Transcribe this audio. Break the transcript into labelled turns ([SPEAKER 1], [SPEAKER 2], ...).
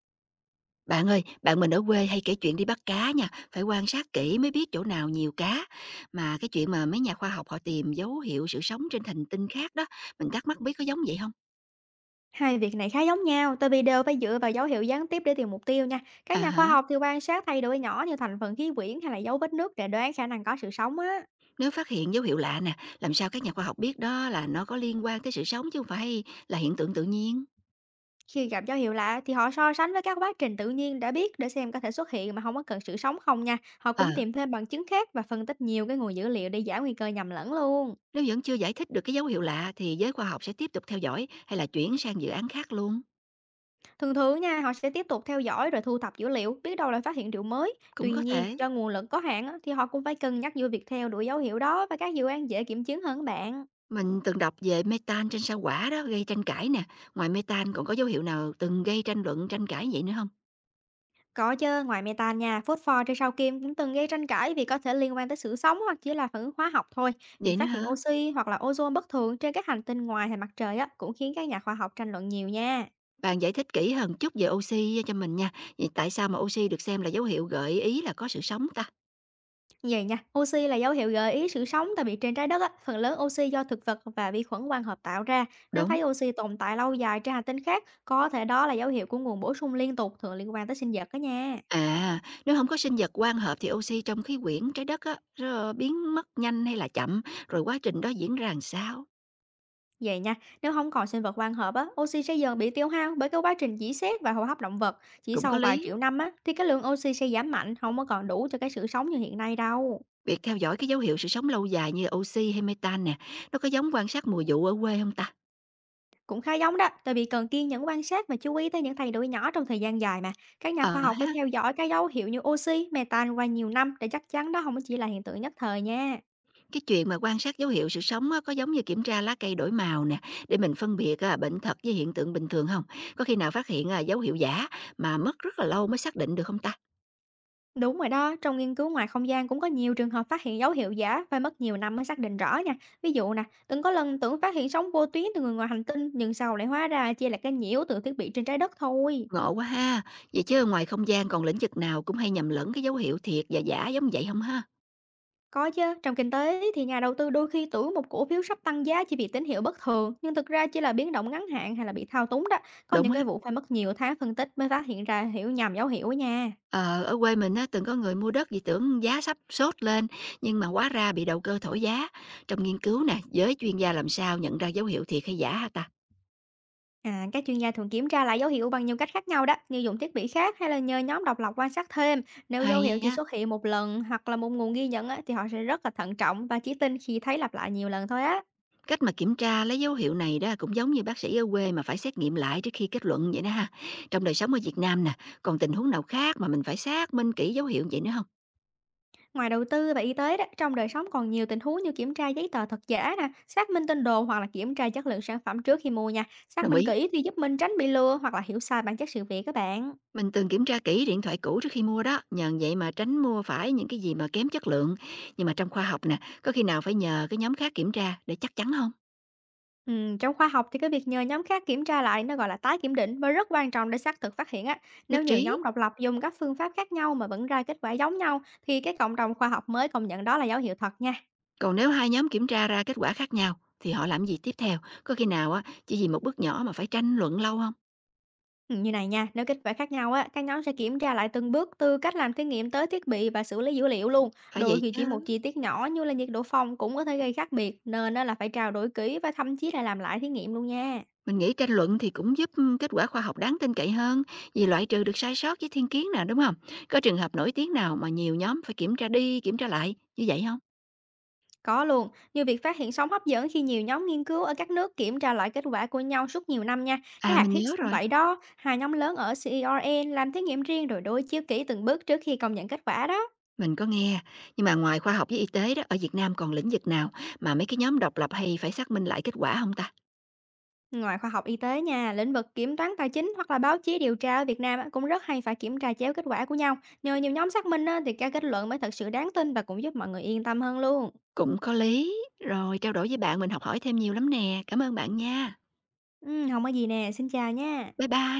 [SPEAKER 1] Bạn ơi, bạn mình ở quê hay kể chuyện đi bắt cá nha, phải quan sát kỹ mới biết chỗ nào nhiều cá. Mà cái chuyện mà mấy nhà khoa học họ tìm dấu hiệu sự sống trên hành tinh khác đó, mình thắc mắc biết có giống vậy không?
[SPEAKER 2] Hai việc này khá giống nhau, tại vì đều phải dựa vào dấu hiệu gián tiếp để tìm mục tiêu nha. Các
[SPEAKER 1] À
[SPEAKER 2] nhà khoa
[SPEAKER 1] hả,
[SPEAKER 2] học thì quan sát thay đổi nhỏ như thành phần khí quyển hay là dấu vết nước để đoán khả năng có sự sống á.
[SPEAKER 1] nếu phát hiện dấu hiệu lạ nè, làm sao các nhà khoa học biết đó là nó có liên quan tới sự sống chứ không phải là hiện tượng tự nhiên?
[SPEAKER 2] Khi gặp dấu hiệu lạ thì họ so sánh với các quá trình tự nhiên đã biết để xem có thể xuất hiện mà không có cần sự sống không nha. Họ
[SPEAKER 1] Ờ,
[SPEAKER 2] cũng tìm thêm bằng chứng khác và phân tích nhiều cái nguồn dữ liệu để giảm nguy cơ nhầm lẫn luôn.
[SPEAKER 1] nếu vẫn chưa giải thích được cái dấu hiệu lạ thì giới khoa học sẽ tiếp tục theo dõi hay là chuyển sang dự án khác luôn?
[SPEAKER 2] Thường thường nha, họ sẽ tiếp tục theo dõi rồi thu thập dữ liệu, biết đâu lại phát hiện điều mới.
[SPEAKER 1] Cũng
[SPEAKER 2] Tuy
[SPEAKER 1] có
[SPEAKER 2] nhiên,
[SPEAKER 1] thể.
[SPEAKER 2] do nguồn lực có hạn á, thì họ cũng phải cân nhắc giữa việc theo đuổi dấu hiệu đó và các dự án dễ kiểm chứng hơn các bạn.
[SPEAKER 1] Mình từng đọc về metan trên sao Hỏa đó gây tranh cãi nè, ngoài metan còn có dấu hiệu nào từng gây tranh luận tranh cãi vậy nữa không?
[SPEAKER 2] Có chứ, ngoài metan nha, phốt pho trên sao Kim cũng từng gây tranh cãi vì có thể liên quan tới sự sống hoặc chỉ là phản ứng hóa học thôi. Việc
[SPEAKER 1] Vậy nữa
[SPEAKER 2] phát
[SPEAKER 1] hả?
[SPEAKER 2] hiện oxy hoặc là ozone bất thường trên các hành tinh ngoài hệ mặt trời á, cũng khiến các nhà khoa học tranh luận nhiều nha.
[SPEAKER 1] Bạn giải thích kỹ hơn chút về oxy cho mình nha. Vậy tại sao mà oxy được xem là dấu hiệu gợi ý là có sự sống ta?
[SPEAKER 2] Vậy nha, oxy là dấu hiệu gợi ý sự sống tại vì trên trái đất á, phần lớn oxy do thực vật và vi khuẩn quang hợp tạo ra. Nếu
[SPEAKER 1] Đúng.
[SPEAKER 2] thấy oxy tồn tại lâu dài trên hành tinh khác, có thể đó là dấu hiệu của nguồn bổ sung liên tục thường liên quan tới sinh vật đó nha.
[SPEAKER 1] À, nếu không có sinh vật quang hợp thì oxy trong khí quyển trái đất á, nó biến mất nhanh hay là chậm, rồi quá trình đó diễn ra làm sao?
[SPEAKER 2] Vậy nha, nếu không còn sinh vật quang hợp á, oxy sẽ dần bị tiêu hao bởi cái quá trình dỉ sét và hô hấp động vật. Chỉ
[SPEAKER 1] Cũng có
[SPEAKER 2] sau vài
[SPEAKER 1] lý.
[SPEAKER 2] triệu năm á, thì cái lượng oxy sẽ giảm mạnh, không có còn đủ cho cái sự sống như hiện nay đâu.
[SPEAKER 1] Việc theo dõi cái dấu hiệu sự sống lâu dài như oxy hay metan nè, nó có giống quan sát mùa vụ ở quê không ta?
[SPEAKER 2] Cũng khá giống đó, tại vì cần kiên nhẫn quan sát và chú ý tới những thay đổi nhỏ trong thời gian dài mà. Các nhà khoa
[SPEAKER 1] Ờ
[SPEAKER 2] học phải
[SPEAKER 1] ha.
[SPEAKER 2] theo dõi các dấu hiệu như oxy, metan qua nhiều năm để chắc chắn đó không có chỉ là hiện tượng nhất thời nha.
[SPEAKER 1] Cái chuyện mà quan sát dấu hiệu sự sống á, có giống như kiểm tra lá cây đổi màu nè, để mình phân biệt à, bệnh thật với hiện tượng bình thường không? Có khi nào phát hiện à, dấu hiệu giả mà mất rất là lâu mới xác định được không ta?
[SPEAKER 2] Đúng rồi đó, trong nghiên cứu ngoài không gian cũng có nhiều trường hợp phát hiện dấu hiệu giả và mất nhiều năm mới xác định rõ nha. Ví dụ nè, từng có lần tưởng phát hiện sóng vô tuyến từ người ngoài hành tinh nhưng sau lại hóa ra chỉ là cái nhiễu từ thiết bị trên trái đất thôi.
[SPEAKER 1] Ngộ quá ha. Vậy chứ ngoài không gian còn lĩnh vực nào cũng hay nhầm lẫn cái dấu hiệu thiệt và giả giống vậy không ha?
[SPEAKER 2] Có chứ, trong kinh tế thì nhà đầu tư đôi khi tưởng một cổ phiếu sắp tăng giá chỉ vì tín hiệu bất thường, nhưng thực ra chỉ là biến động ngắn hạn hay là bị thao túng đó. Có
[SPEAKER 1] Đúng
[SPEAKER 2] những
[SPEAKER 1] á.
[SPEAKER 2] cái vụ phải mất nhiều tháng phân tích mới phát hiện ra hiểu nhầm dấu hiệu ấy nha.
[SPEAKER 1] Ờ, ở quê mình á, từng có người mua đất vì tưởng giá sắp sốt lên nhưng mà hóa ra bị đầu cơ thổi giá. Trong nghiên cứu nè, giới chuyên gia làm sao nhận ra dấu hiệu thiệt hay giả hả ta?
[SPEAKER 2] À, các chuyên gia thường kiểm tra lại dấu hiệu bằng nhiều cách khác nhau đó, như dùng thiết bị khác hay là nhờ nhóm độc lập quan sát thêm. Nếu dấu hiệu
[SPEAKER 1] Hay
[SPEAKER 2] chỉ
[SPEAKER 1] á.
[SPEAKER 2] xuất hiện một lần hoặc là một nguồn ghi nhận á, thì họ sẽ rất là thận trọng và chỉ tin khi thấy lặp lại nhiều lần thôi á.
[SPEAKER 1] Cách mà kiểm tra lấy dấu hiệu này đó cũng giống như bác sĩ ở quê mà phải xét nghiệm lại trước khi kết luận vậy đó ha. Trong đời sống ở Việt Nam nè, còn tình huống nào khác mà mình phải xác minh kỹ dấu hiệu vậy nữa không?
[SPEAKER 2] Ngoài đầu tư và y tế đó, trong đời sống còn nhiều tình huống như kiểm tra giấy tờ thật giả nè, xác minh tin đồn hoặc là kiểm tra chất lượng sản phẩm trước khi mua nha. Xác
[SPEAKER 1] Đồng
[SPEAKER 2] minh
[SPEAKER 1] ý.
[SPEAKER 2] kỹ thì giúp mình tránh bị lừa hoặc là hiểu sai bản chất sự việc các bạn.
[SPEAKER 1] Mình từng kiểm tra kỹ điện thoại cũ trước khi mua đó, nhờ vậy mà tránh mua phải những cái gì mà kém chất lượng. Nhưng mà trong khoa học nè, có khi nào phải nhờ cái nhóm khác kiểm tra để chắc chắn không?
[SPEAKER 2] Trong khoa học thì cái việc nhờ nhóm khác kiểm tra lại nó gọi là tái kiểm định và rất quan trọng để xác thực phát hiện á.
[SPEAKER 1] Nhất
[SPEAKER 2] Nếu nhiều
[SPEAKER 1] trí.
[SPEAKER 2] nhóm độc lập dùng các phương pháp khác nhau mà vẫn ra kết quả giống nhau thì cái cộng đồng khoa học mới công nhận đó là dấu hiệu thật nha.
[SPEAKER 1] Còn nếu hai nhóm kiểm tra ra kết quả khác nhau, thì họ làm gì tiếp theo? Có khi nào á, chỉ vì một bước nhỏ mà phải tranh luận lâu không?
[SPEAKER 2] Ừ, như này nha, nếu kết quả khác nhau á, các nhóm sẽ kiểm tra lại từng bước từ cách làm thí nghiệm tới thiết bị và xử lý dữ liệu luôn.
[SPEAKER 1] Phải
[SPEAKER 2] Đôi
[SPEAKER 1] vậy
[SPEAKER 2] khi chỉ một
[SPEAKER 1] chứ.
[SPEAKER 2] chi tiết nhỏ như là nhiệt độ phòng cũng có thể gây khác biệt nên á là phải trao đổi kỹ và thậm chí là làm lại thí nghiệm luôn nha.
[SPEAKER 1] Mình nghĩ tranh luận thì cũng giúp kết quả khoa học đáng tin cậy hơn vì loại trừ được sai sót với thiên kiến nè, đúng không? Có trường hợp nổi tiếng nào mà nhiều nhóm phải kiểm tra đi kiểm tra lại như vậy không?
[SPEAKER 2] Có luôn, như việc phát hiện sóng hấp dẫn khi nhiều nhóm nghiên cứu ở các nước kiểm tra lại kết quả của nhau suốt nhiều năm nha. Cái
[SPEAKER 1] À,
[SPEAKER 2] hạt
[SPEAKER 1] mình
[SPEAKER 2] Higgs
[SPEAKER 1] nhớ
[SPEAKER 2] cũng
[SPEAKER 1] rồi,
[SPEAKER 2] vậy đó, hai nhóm lớn ở CERN làm thí nghiệm riêng rồi đối chiếu kỹ từng bước trước khi công nhận kết quả đó.
[SPEAKER 1] mình có nghe, nhưng mà ngoài khoa học với y tế đó, ở Việt Nam còn lĩnh vực nào mà mấy cái nhóm độc lập hay phải xác minh lại kết quả không ta?
[SPEAKER 2] Ngoài khoa học y tế nha, lĩnh vực kiểm toán tài chính hoặc là báo chí điều tra ở Việt Nam á, cũng rất hay phải kiểm tra chéo kết quả của nhau. Nhờ nhiều nhóm xác minh á, thì các kết luận mới thật sự đáng tin và cũng giúp mọi người yên tâm hơn luôn.
[SPEAKER 1] Cũng có lý, rồi trao đổi với bạn mình học hỏi thêm nhiều lắm nè. Cảm ơn bạn nha.
[SPEAKER 2] Ừ, không có gì nè, xin chào nha.
[SPEAKER 1] Bye bye.